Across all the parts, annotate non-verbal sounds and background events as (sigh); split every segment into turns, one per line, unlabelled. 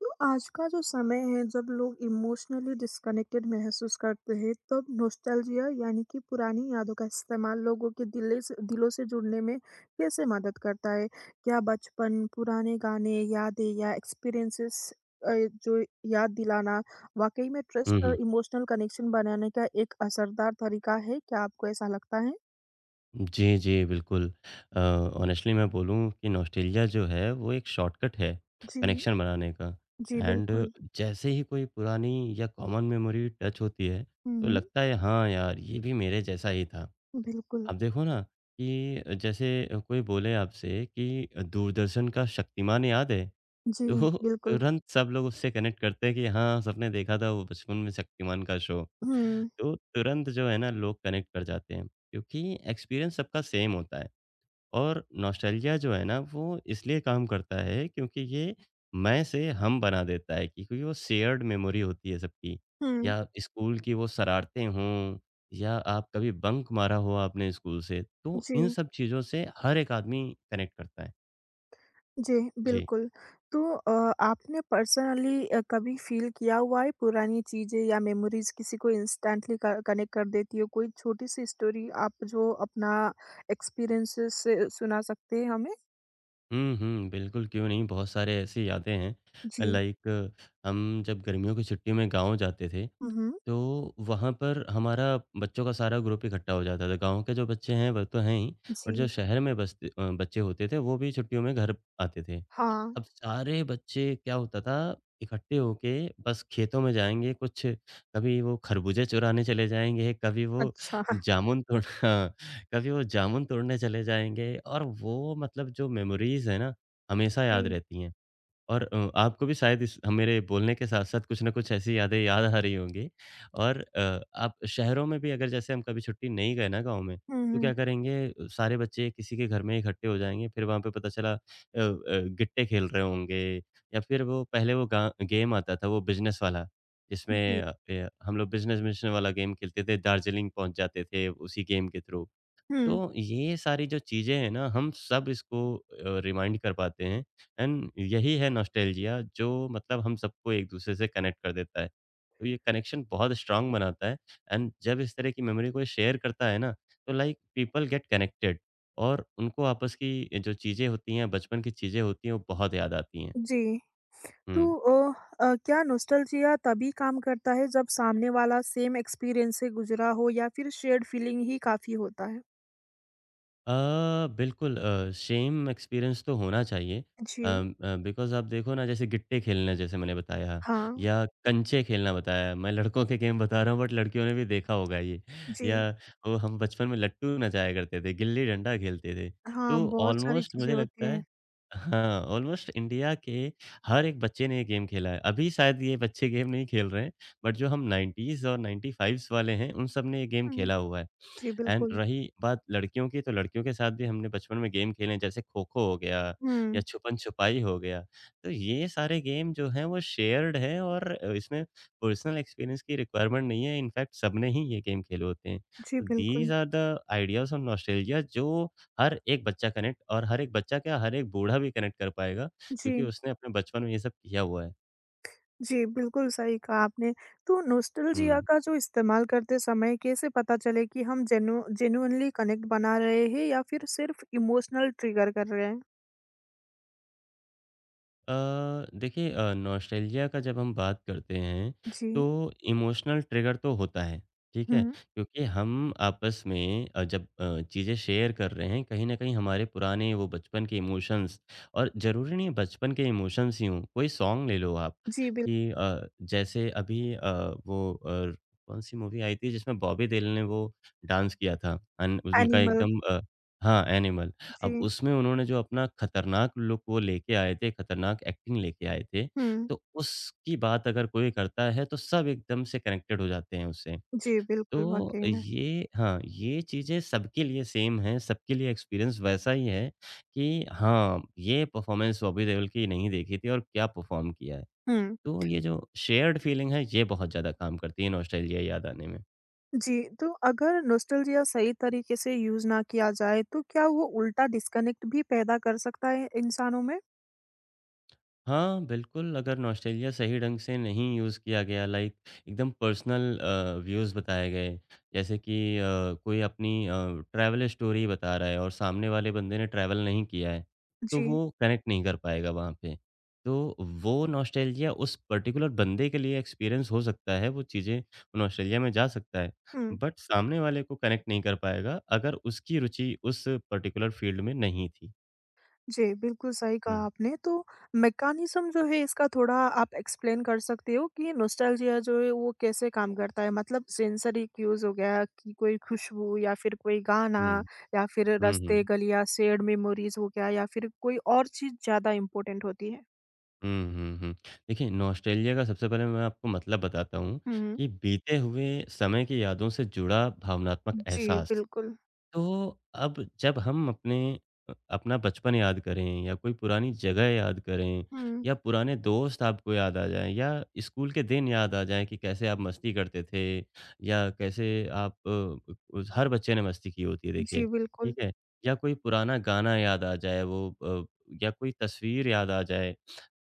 तो आज का जो समय है जब लोग इमोशनली डिस्कनेक्टेड महसूस करते हैं तब नॉस्टैल्जिया यानी कि पुरानी यादों का इस्तेमाल लोगों के दिले से दिलों से जुड़ने में कैसे मदद करता है? क्या बचपन, पुराने गाने, यादें या एक्सपीरियंसेस जो याद दिलाना, वाकई में
हुँ,
ट्रस्ट और
हुँ।
इमोशनल कनेक्शन बनाने का एक असरदार तरीका है? क्या आपको ऐसा लगता है?
जी, जी, बिल्कुल। ऑनेस्टली मैं बोलूँ कि नॉस्टेल्जिया जो है, वो एक शॉर्टकट है
जी,
कनेक्शन बनाने का।
जी,
एंड
बिल्कुल।
जैसे ही कोई पुरानी या कॉमन मेमोरी टच होती है, तो
हम्म,
लगता है हाँ यार, ये भी मेरे जैसा ही था।
बिल्कुल।
आप देखो ना कि जैसे कोई बोले आपसे कि दूरदर्शन का शक्तिमान याद है? तो
जी,
(laughs)
बिल्कुल।
तुरंत सब लोग उससे कनेक्ट करते हैं कि हाँ, सबने देखा था वो बचपन में शक्तिमान का शो।
हम्म।
तो तुरंत जो है ना लोग कनेक्ट कर जाते हैं, क्योंकि एक्सपीरियंस सबका सेम होता है और नॉस्टैल्जिया जो है ना वो इसलिए काम करता है, क्योंकि ये मैं से हम बना देता है कि क्योंकि वो शेयर्ड मेमोरी होती है सबकी।
हम्म।
या स्कूल की वो शरारतें हों या आप कभी बंक मारा हो आपने स्कूल से, तो
जी,
इन सब चीज़ों से हर एक आदमी कनेक्ट करता है।
जी,
जी।
बिल्कुल। तो आपने पर्सनली कभी फ़ील किया हुआ है, पुरानी चीज़ें या मेमोरीज़ किसी को इंस्टेंटली क कनेक्ट कर देती हो? कोई छोटी-सी स्टोरी आप जो अपना एक्सपीरियंसेस से सुना सकते हैं हमें?
हुँ, हुँ, बिल्कुल क्यों नहीं, बहुत सारे ऐसी यादें हैं
जी।
लाइक हम जब गर्मियों की छुट्टी में गाँव जाते थे,
हुँ, हुँ।
तो वहाँ पर हमारा बच्चों का सारा ग्रुप इकट्ठा हो जाता था। गाँव के जो बच्चे हैं वो तो हैं ही, बट जो
जी।
शहर में बसते बच्चे होते थे वो भी छुट्टियों में घर आते थे।
हाँ,
अब सारे बच्चे क्या होता था, इकट्ठे होके बस खेतों में जाएँगे, कुछ कभी वो खरबूजे चुराने चले जाएँगे, कभी वो
अच्छा।
जामुन तोड़ (laughs) हाँ, कभी वो जामुन तोड़ने चले जाएँगे, और वो मतलब जो मेमोरीज़ है ना हमेशा याद
जी।
रहती हैं। और आपको भी शायद इस मेरे बोलने के साथ-साथ कुछ न कुछ ऐसी यादें याद आ रही होंगी। और आप शहरों में भी अगर, जैसे हम कभी छुट्टी नहीं गए ना गाँव में,
हुँ,
तो क्या
हुँ।
करेंगे, सारे बच्चे किसी के घर में इकट्ठे हो जाएँगे, फिर वहाँ पे पता चला गिट्टे खेल रहे होंगे, या फिर वो पहले वो गा गेम आता था वो बिज़नेस वाला, जिसमें
जी।
हम लोग बिज़नेस-विज़नेस वाला गेम खेलते थे, दार्जिलिंग पहुँच जाते थे उसी गेम के थ्रू।
हुँ,
तो ये सारी जो चीज़ें हैं ना, हम सब इसको रिमाइंड कर पाते हैं। एंड यही है नॉस्टैल्जिया जो मतलब हम सबको एक-दूसरे से कनेक्ट कर देता है। तो ये कनेक्शन बहुत स्ट्रॉन्ग बनाता है। एंड जब इस तरह की मेमोरी कोई शेयर करता है ना, तो लाइक पीपल गेट कनेक्टेड और उनको आपस की जो चीज़ें होती हैं, बचपन की चीज़ें होती हैं, वो बहुत याद आती हैं।
जी। तो
हुँ।
क्या नॉस्टैल्जिया तभी काम करता है जब सामने वाला सेम एक्सपीरियंस से गुज़रा हो, या फिर शेयर्ड फीलिंग ही काफ़ी होता है?
अ, बिल्कुल शेम एक्सपीरियंस तो होना चाहिए।
जी।
बिकॉज़ आप देखो ना, जैसे गिट्टे खेलना जैसे मैंने बताया
हाँ।
या कंचे खेलना बताया, मैं लड़कों के गेम बता रहा हूँ, बट लड़कियों ने भी देखा होगा ये। या
जी,
वो हम बचपन में लट्टू नचाया करते थे, गिल्ली-डंडा खेलते थे।
हाँ,
तो
बहुत सारी
ऑलमोस्ट
चीज़ें
मुझे
होती
लगता
हैं।
है हाँ, ऑलमोस्ट इंडिया के हर एक बच्चे ने ये गेम खेला है। अभी शायद ये बच्चे गेम नहीं खेल रहे हैं, बट जो हम 90s और 95s वाले हैं, उन सब ने ये गेम
हुँ,
खेला हुआ है।
जी,
एंड
बिल्कुल।
रही बात लड़कियों की, तो लड़कियों के साथ भी हमने बचपन में गेम खेले हैं, जैसे खो-खो हो गया या
हुँ,
छुपन-छुपाई हो गया। तो ये सारे गेम जो हैं, वो शेयर्ड हैं और इसमें पर्सनल एक्सपीरियंस की रिक्वायरमेंट नहीं है, इनफैक्ट सबने ही ये गेम खेले होते हैं।
जी,
तो
बिल्कुल।
These are the ideas on nostalgia जो हर एक बच्चा कनेक्ट, और हर एक बच्चा क्या, हर एक बूढ़ा भी कनेक्ट कर पाएगा, क्योंकि
जी,
उसने अपने बचपन में ये सब किया हुआ है।
जी, बिल्कुल सही कहा आपने। तो नॉस्टैल्जिया
हुँ।
का जो इस्तेमाल करते समय कैसे पता चले कि हम जेनुइनली कनेक्ट बना रहे हैं या फिर सिर्फ़ इमोशनल ट्रिगर कर रहे हैं?
अ, देखिए नॉस्टैल्जिया का जब हम बात करते हैं,
जी,
तो इमोशनल ट्रिगर तो होता है, ठीक है?
हुँ,
क्योंकि हम आपस में जब चीज़ें शेयर कर रहे हैं, कहीं न कहीं हमारे पुराने वो बचपन के इमोशंस। और ज़रूरी नहीं है बचपन के इमोशंस ही हों, कोई सॉन्ग ले लो आप
जी, बिल
कि जैसे अभी वो कौन-सी मूवी आई थी जिसमें बॉबी देओल ने वो डांस किया था? अन उनका
एनिमल।
एकदम, हाँ, एनिमल। अब
जी,
उसमें उन्होंने जो अपना खतरनाक लुक वो लेके आए थे, खतरनाक एक्टिंग लेके आए थे,
हुँ,
तो उसकी बात अगर कोई करता है, तो सब एकदम से कनेक्टेड हो जाते हैं उससे।
जी, बिल्कुल,
तो
वाक़ई में।
ये हाँ, ये चीज़ें सबके लिए सेम हैं, सबके लिए एक्सपीरियंस वैसा ही है कि हाँ, ये परफ़ॉर्मेंस बॉबी देओल की नहीं देखी थी और क्या परफ़ॉर्म किया है।
हुँ।
तो ये जो शेयर्ड फीलिंग है, ये बहुत ज़्यादा काम करती है नॉस्टैल्जिया याद आने में।
जी, तो अगर नॉस्टैल्जिया सही तरीके से यूज़ ना किया जाए, तो क्या वो उल्टा डिस्कनेक्ट भी पैदा कर सकता है इंसानों में?
हाँ, बिल्कुल, अगर नॉस्टैल्जिया सही ढंग से नहीं यूज़ किया गया, लाइक एकदम पर्सनल व्यूज़ बताए गए, जैसे कि कोई अपनी ट्रैवल स्टोरी बता रहा है और सामने वाले बंदे ने ट्रैवल नहीं किया है, तो
जी,
वो कनेक्ट नहीं कर पाएगा वहाँ पे। तो वो नॉस्टैल्जिया उस पर्टिकुलर बंदे के लिए एक्सपीरियंस हो सकता है, वो चीज़ें नॉस्टैल्जिया में जा सकता है,
हुँ।
बट सामने वाले को कनेक्ट नहीं कर पाएगा, अगर उसकी रुचि उस पर्टिकुलर फ़ील्ड में नहीं थी।
जी, बिल्कुल सही कहा
हुँ,
आपने। तो मैकेनिज़्म जो है इसका थोड़ा आप एक्सप्लेन कर सकते हो कि नॉस्टैल्जिया जो है वो कैसे काम करता है? मतलब सेंसरी क्यूज़ हो गया कि कोई खुशबू या फिर कोई गाना,
हुँ,
या फिर
हुँ,
रास्ते,
हुँ।
गलियाँ, शेयर्ड मेमोरीज़ हो गया, या फिर कोई और चीज़ ज़्यादा इम्पोर्टेंट होती है?
हुँ, हुँ, हुँ। देखिए, नॉस्टैल्जिया का सबसे पहले मैं आपको मतलब बताता हूँ
हुँ, हुँ।
कि बीते हुए समय की यादों से जुड़ा भावनात्मक
जी,
एहसास।
बिल्कुल।
तो अब जब हम अपना बचपन याद करें या कोई पुरानी जगह याद करें
हुँ,
या पुराने दोस्त आपको याद आ जाएँ या स्कूल के दिन याद आ जाएँ कि कैसे आप मस्ती करते थे या कैसे आप उस हर बच्चे ने मस्ती की होती है देखिए,
जी, बिल्कुल।
ठीक है? या कोई पुराना गाना याद आ जाए या कोई तस्वीर याद आ जाए,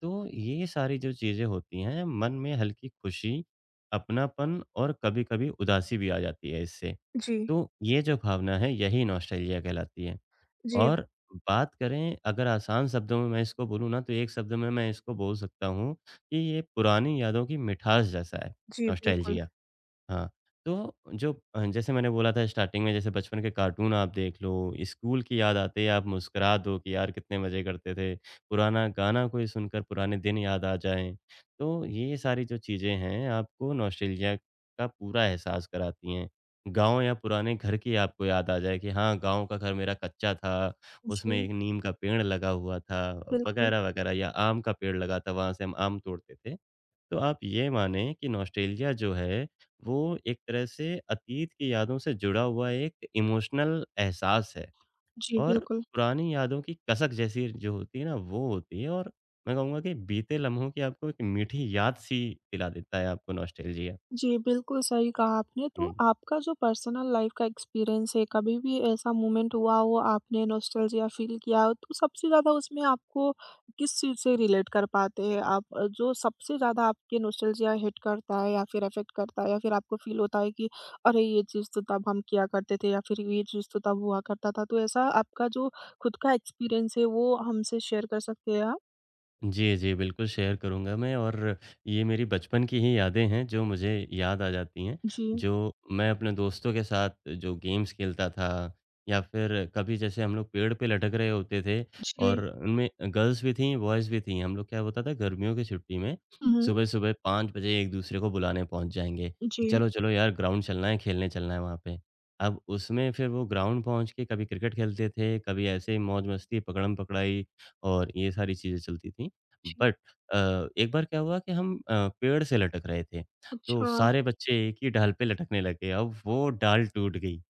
तो ये सारी जो चीज़ें होती हैं मन में हल्की खुशी, अपनापन और कभी-कभी उदासी भी आ जाती है इससे।
जी।
तो ये जो भावना है, यही नॉस्टैल्जिया कहलाती है।
जी,
और बात करें, अगर आसान शब्दों में मैं इसको बोलूँ ना, तो एक शब्द में मैं इसको बोल सकता हूँ कि ये पुरानी यादों की मिठास जैसा है,
जी, बिल्कुल।
नॉस्टैल्जिया। हाँ, तो जैसे मैंने बोला था स्टार्टिंग में, जैसे बचपन के कार्टून आप देख लो, स्कूल की याद आते ही आप मुस्कुरा दो कि यार कितने मज़े करते थे। पुराना गाना कोई सुनकर पुराने दिन याद आ जाएँ। तो ये सारी जो चीज़ें हैं आपको नॉस्टेल्जिया का पूरा एहसास कराती हैं। गाँव या पुराने घर की आपको याद आ जाए कि हाँ, गाँव का घर मेरा कच्चा था, उसमें
जी,
एक नीम का पेड़ लगा हुआ था
बिल्कुल।
वग़ैरह-वग़ैरह, या आम का पेड़ लगा था, वहाँ से हम आम तोड़ते थे। तो आप ये माने कि नॉस्टैल्जिया जो है, वो एक तरह से अतीत की यादों से जुड़ा हुआ एक इमोशनल एहसास है
जी,
और
बिल्कुल।
पुरानी यादों की कसक जैसी जो होती है ना, वो होती है। और मैं कहूँगा कि बीते लम्हों की आपको एक मीठी याद-सी दिला देता है आपको नॉस्टैल्जिया।
जी, बिल्कुल सही कहा आपने। तो
हुँ।
आपका जो पर्सनल लाइफ़ का एक्सपीरियंस है, कभी भी ऐसा मोमेंट हुआ हो आपने नॉस्टैल्जिया फ़ील किया हो, तो सबसे ज़्यादा उसमें आपको किस चीज़ से रिलेट कर पाते हैं आप? जो सबसे ज़्यादा आपके नॉस्टैल्जिया हिट करता है या फिर अफ़ेक्ट करता है, या फिर आपको फ़ील होता है कि अरे! ये चीज़ तो तब हम किया करते थे, या फिर ये चीज़ तो तब हुआ करता था। तो ऐसा आपका जो खुद का एक्सपीरियंस है वो हमसे शेयर कर सकते हैं आप?
जी, जी। बिल्कुल शेयर करूँगा मैं, और ये मेरी बचपन की ही यादें हैं जो मुझे याद आ जाती हैं।
जी।
जो मैं अपने दोस्तों के साथ जो गेम्स खेलता था या फिर कभी जैसे हम लोग पेड़ पे लटक रहे होते थे
जी।
और उनमें गर्ल्स भी थीं, बॉयज़ भी थीं। हम लोग क्या होता था, गर्मियों की छुट्टी में
हुँ।
सुबह-सुबह 5 बजे एक-दूसरे को बुलाने पहुँच जाएँगे।
जी।
चलो, चलो यार, ग्राउंड चलना है, खेलने चलना है वहाँ पे। अब उसमें फिर वो ग्राउंड पहुँच के कभी क्रिकेट खेलते थे, कभी ऐसे ही मौज-मस्ती, पकड़म-पकड़ाई, और ये सारी चीज़ें चलती थीं।
जी।
बट अ, एक बार क्या हुआ कि हम पेड़ से लटक रहे थे, तो
अच्छा,
सारे बच्चे एक ही डाल पे लटकने लगे, अब वो डाल टूट गई।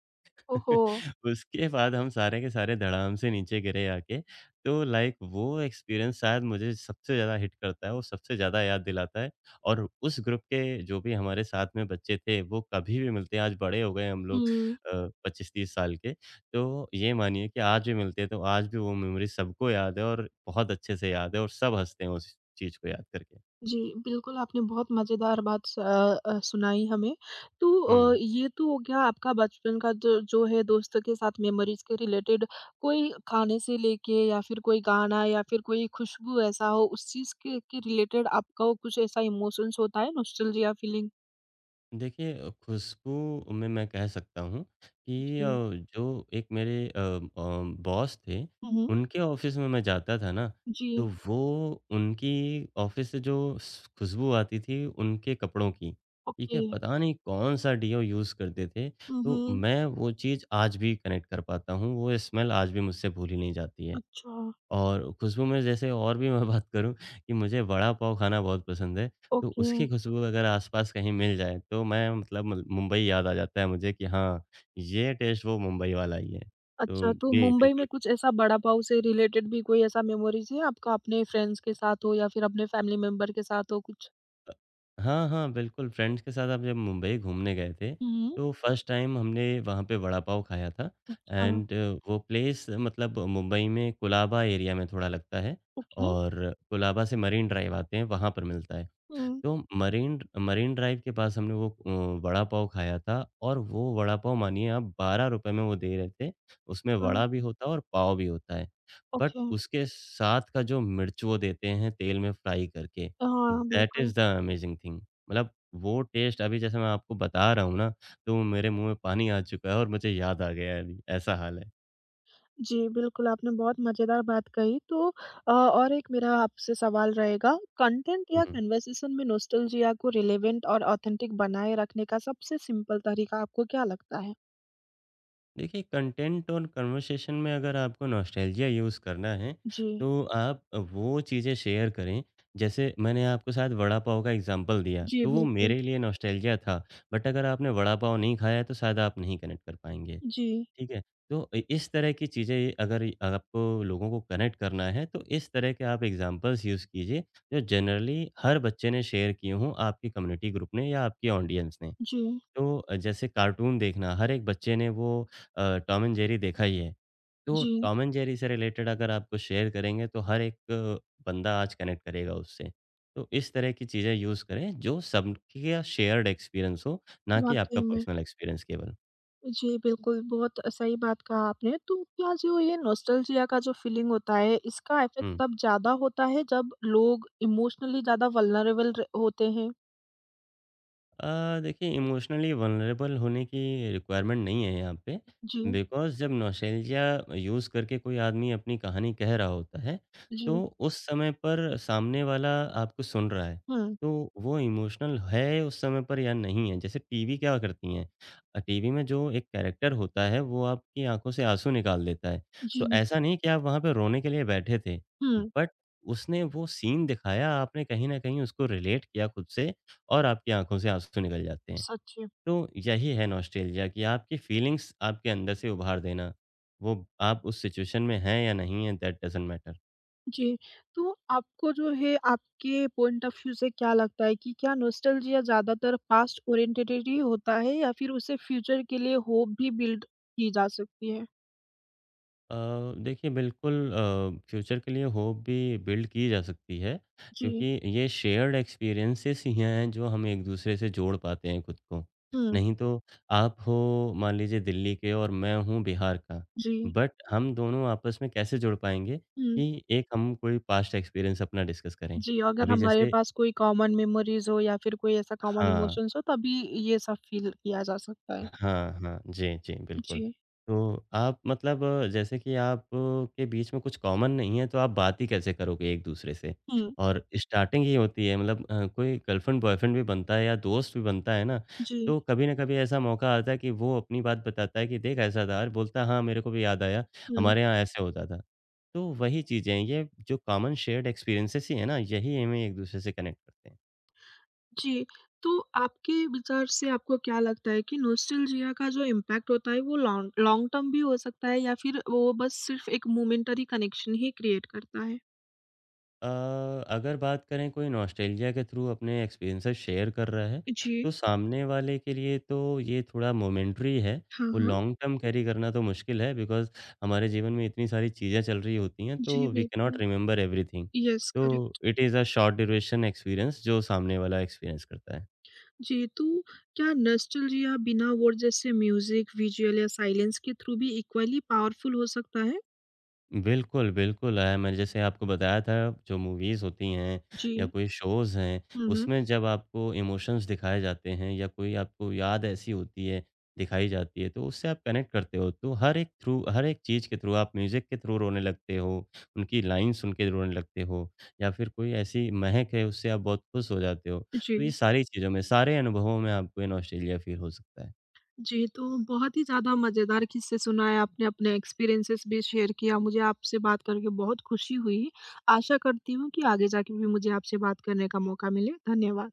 ओहो!
(laughs) उसके बाद हम सारे के सारे धड़ाम से नीचे गिरे आके। तो लाइक वो एक्सपीरियंस शायद मुझे सबसे ज़्यादा हिट करता है, वो सबसे ज़्यादा याद दिलाता है। और उस ग्रुप के जो भी हमारे साथ में बच्चे थे, वो कभी भी मिलते हैं, आज बड़े हो गए हम लोग
हुँ,
अ, 25-30 साल के। तो ये मानिए कि आज भी मिलते हैं, तो आज भी वो मेमोरी सबको याद है और बहुत अच्छे से याद है और सब हँसते हैं उस चीज़ को याद करके।
जी, बिल्कुल आपने बहुत मज़ेदार बात सुनाई हमें। तो
हुँ।
ये तो हो गया आपका बचपन का जो जो है दोस्तों के साथ मेमोरीज़ के रिलेटेड, कोई खाने से लेके या फिर कोई गाना या फिर कोई खुशबू ऐसा हो उस चीज़ के रिलेटेड आपका वो कुछ ऐसा इमोशंस होता है नॉस्टैल्जिया फीलिंग?
देखिए खुशबू में मैं कह सकता हूँ कि
जी।
जो एक मेरे बॉस थे,
हुँ, हुँ।
उनके ऑफ़िस में मैं जाता था ना, तो
जी,
वो उनकी ऑफ़िस से जो स खुशबू आती थी उनके कपड़ों की, ठीक
ओके।
है? पता नहीं कौन-सा डीओ यूज़ करते थे,
हुँ,
तो
हुँ।
मैं वो चीज़ आज भी कनेक्ट कर पाता हूँ, वो स्मेल आज भी मुझसे भूली नहीं जाती है।
अच्छा,
और खुशबू में जैसे और भी मैं बात करूँ कि मुझे वड़ा पाव खाना बहुत पसंद है, तो
ओके।
उसकी खुशबू अगर आस-पास कहीं मिल जाए, तो मैं मतलब मल मुंबई याद आ जाता है मुझे कि हाँ, ये टेस्ट वो मुंबई वाला ही है। तो
अच्छा, तो
जी,
मुंबई
बिल्कुल।
में कुछ ऐसा बड़ा पाव से रिलेटेड भी कोई ऐसा मेमोरीज़ है आपका, अपने फ्रेंड्स के साथ हो या फिर अपने फैमिली मेंबर के साथ हो कुछ?
अ, हाँ, हाँ, बिल्कुल फ्रेंड्स के साथ आप जब मुंबई घूमने गए थे,
हुँ,
तो फर्स्ट टाइम हमने वहाँ पे वड़ा पाव खाया था
अच्छा,
एंड वो प्लेस मतलब मुंबई में कुलाबा एरिया में थोड़ा लगता है
ओके।
और कुलाबा से मरीन ड्राइव आते हैं, वहाँ पर मिलता है।
हुँ,
तो मरीन मरीन ड्राइव के पास हमने वो वड़ा पाव खाया था और वो वड़ा पाव मानिए आप ₹12 में वो दे रहे थे। उसमें
अच्छा,
वड़ा भी होता है और पाव भी होता है। But
okay.
उसके साथ का जो मिर्च वो देते हैं तेल में फ्राई करके,
हाँ,
दैट
बिल्कुल।
Is the amazing thing. मतलब वो टेस्ट अभी जैसे मैं आपको बता रहा हूँ ना, तो मेरे मुँह में पानी आ चुका है और मुझे याद आ गया है अभी, ऐसा हाल है।
जी, बिल्कुल आपने बहुत मज़ेदार बात कही। तो और एक मेरा आपसे सवाल रहेगा, कंटेंट
हुँ,
या
हुँ।
कन्वर्सेशन में नॉस्टैल्जिया को रिलेवेंट और ऑथेंटिक बनाए रखने का सबसे सिंपल तरीका आपको क्या लगता है?
देखिए कंटेंट और कन्वर्सेशन में अगर आपको नॉस्टैल्जिया यूज़ करना है,
जी।
तो आप वो चीज़ें शेयर करें, जैसे मैंने आपके साथ वड़ा पाव का एग्ज़ाम्पल दिया,
जी,
तो वो
बिल्कुल।
मेरे लिए नॉस्टैल्जिया था, बट अगर आपने वड़ा पाव नहीं खाया है, तो शायद आप नहीं कनेक्ट कर पाएँगे,
जी,
ठीक है? तो इ इस तरह की चीज़ें अगर आपको लोगों को कनेक्ट करना है, तो इस तरह के आप एग्ज़ाम्पल्स यूज़ कीजिए, जो जनरली हर बच्चे ने शेयर किए हों आपकी कम्युनिटी ग्रुप ने या आपकी ऑडियंस ने।
जी,
तो जैसे कार्टून देखना, हर एक बच्चे ने वो टॉम एंड जेरी देखा ही है। तो
जी,
टॉम एंड जेरी से रिलेटेड अगर आप कुछ शेयर करेंगे, तो हर एक बंदा आज कनेक्ट करेगा उससे। तो इस तरह की चीज़ें यूज़ करें, जो सबका शेयर्ड एक्सपीरियंस हो, ना कि आपका
वाक़ई में।
पर्सनल एक्सपीरियंस केवल।
जी, बिल्कुल, बहुत सही बात कहा आपने। तो क्या जो ये नॉस्टैल्जिया का जो फ़ीलिंग होता है, इसका इफ़ेक्ट
हुँ।
तब ज़्यादा होता है जब लोग इमोशनली ज़्यादा वल्नरेबल र होते हैं?
देखिए इमोशनली वल्नरेबल होने की रिक्वायरमेंट नहीं है यहाँ पे,
जी,
बिकॉज़ जब नॉस्टैल्जिया यूज़ करके कोई आदमी अपनी कहानी कह रहा होता है, तो
जी।
उस समय पर सामने वाला आपको सुन रहा है,
हुँ,
तो वो इमोशनल है उस समय पर या नहीं है। जैसे टीवी क्या करती हैं टीवी में जो एक कैरेक्टर होता है, वो आपकी आँखों से आँसू निकाल देता है। तो
जी,
ऐसा नहीं कि आप वहाँ पे रोने के लिए बैठे थे,
हुँ,
बट उसने वो सीन दिखाया, आपने कहीं न कहीं उसको रिलेट किया खुद से और आपकी आँखों से आँसू निकल जाते हैं।
सच है।
तो यही है नॉस्टैल्जिया कि आपकी फीलिंग्स आपके अंदर से उभार देना। वो आप उस सिचुएशन में हैं या नहीं हैं दैट डज़न्ट मैटर।
जी, तो आपको जो है आपके पॉइंट ऑफ़ व्यू से क्या लगता है कि क्या नॉस्टैल्जिया ज़्यादातर पास्ट ओरिएंटेटेड ही होता है, या फिर उसे फ्यूचर के लिए होप भी बिल्ड की जा सकती है?
अ, देखिए बिल्कुल फ्यूचर के लिए होप भी बिल्ड की जा सकती है
जी,
क्योंकि ये शेयर्ड एक्सपीरियंसेस ही हैं जो हम एक दूसरे से जोड़ पाते हैं खुद को।
हुँ,
नहीं तो आप हो मान लीजिए दिल्ली के और मैं हूँ बिहार का,
जी,
बट हम दोनों आपस में कैसे जुड़ पाएँगे
हुँ।
कि एक हम कोई पास्ट एक्सपीरियंस अपना डिस्कस करें।
जी, अगर
अभी
हमारे
जैसे
पास कोई कॉमन मेमोरीज़ हो या फिर कोई ऐसा कॉमन
हाँ।
इमोशंस हो, तभी ये सब फ़ील किया जा सकता है।
हाँ, हाँ। जी, जी, बिल्कुल।
जी।
तो आप मतलब जैसे कि आप के बीच में कुछ कॉमन नहीं है, तो आप बात ही कैसे करोगे एक-दूसरे से?
हुँ,
और स्टार्टिंग ही होती है मतलब कोई गर्लफ्रेंड बॉयफ्रेंड भी बनता है या दोस्त भी बनता है ना,
जी,
तो कभी न कभी ऐसा मौका आता है कि वो अपनी बात बताता है कि देख ऐसा था और बोलता है हाँ, मेरे को भी याद आया,
हुँ,
हमारे यहाँ ऐसे होता था। तो वही चीज़ें हैं, ये जो कॉमन शेयर्ड एक्सपीरियंसेस ही है ना, यही हमें एक-दूसरे से कनेक्ट करते हैं।
जी। तो आपके विचार से आपको क्या लगता है कि नॉस्टैल्जिया का जो इम्पैक्ट होता है, वो लॉन्ग लॉन्ग टर्म भी हो सकता है, या फिर वो बस सिर्फ़ एक मोमेंटरी कनेक्शन ही क्रिएट करता है?
अ, अगर बात करें कोई नॉस्टैल्जिया के थ्रू अपने एक्सपीरियंसेस शेयर कर रहा है,
जी।
तो सामने वाले के लिए तो ये थोड़ा मोमेंटरी है।
हाँ,
वो
हाँ।
लॉन्ग टर्म कैरी करना तो मुश्किल है बिकॉज़ हमारे जीवन में इतनी सारी चीज़ें चल रही होती हैं,
जी,
तो वी कैन नॉट
बिल्कुल।
Remember everything.
यस,
तो
correct.
It is a short duration experience जो सामने वाला एक्सपीरियंस करता है।
जी, तो क्या नॉस्टैल्जिया बिना वर्ड, जैसे म्यूज़िक, विज़ुअल या साइलेंस के थ्रू भी इक्वली पावरफुल हो सकता है?
बिल्कुल, बिल्कुल आया। मैंने जैसे आपको बताया था जो मूवीज़ होती हैं या
जी।
कोई शोज़ हैं,
हुँ, हुँ।
उसमें जब आपको इमोशंस दिखाए जाते हैं या कोई आपको याद ऐसी होती है, दिखाई जाती है, तो उससे आप कनेक्ट करते हो। तो हर एक चीज़ के थ्रू आप म्यूज़िक के थ्रू रोने लगते हो, उनकी लाइन सुन के रोने लगते हो या फिर कोई ऐसी महक है उससे आप बहुत खुश हो जाते हो। तो ये
जी।
सारी चीज़ों में, सारे अनुभवों में आपको ये नॉस्टेल्जिया फ़ील हो सकता है।
जी, तो बहुत ही ज़्यादा मज़ेदार किस्से सुनाए आपने, अपने एक्सपीरियंसेस भी शेयर किया। मुझे आपसे बात करके बहुत खुशी हुई। आशा करती हूँ कि आगे जाके भी मुझे आपसे बात करने का मौका मिले। धन्यवाद।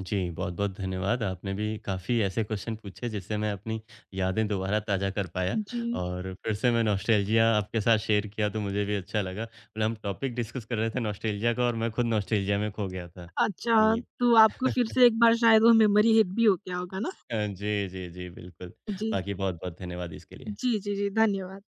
जी, बहुत-बहुत धन्यवाद। आपने भी काफ़ी ऐसे क्वेश्चन पूछे जिससे मैं अपनी यादें दोबारा ताज़ा कर पाया
जी।
और फिर से मैं नॉस्टैल्जिया आपके साथ शेयर किया तो मुझे भी अच्छा लगा। मतलब हम टॉपिक डिस्कस कर रहे थे नॉस्टैल्जिया का और मैं खुद नॉस्टैल्जिया में खो गया था।
अच्छा,
जी।
तो आपको फिर
(laughs)
से एक बार शायद वो मेमोरी हिट भी हो गया होगा ना?
जी, जी, जी, बिल्कुल।
जी।
बाकी बहुत-बहुत धन्यवाद इसके लिए।
जी, जी, जी। धन्यवाद।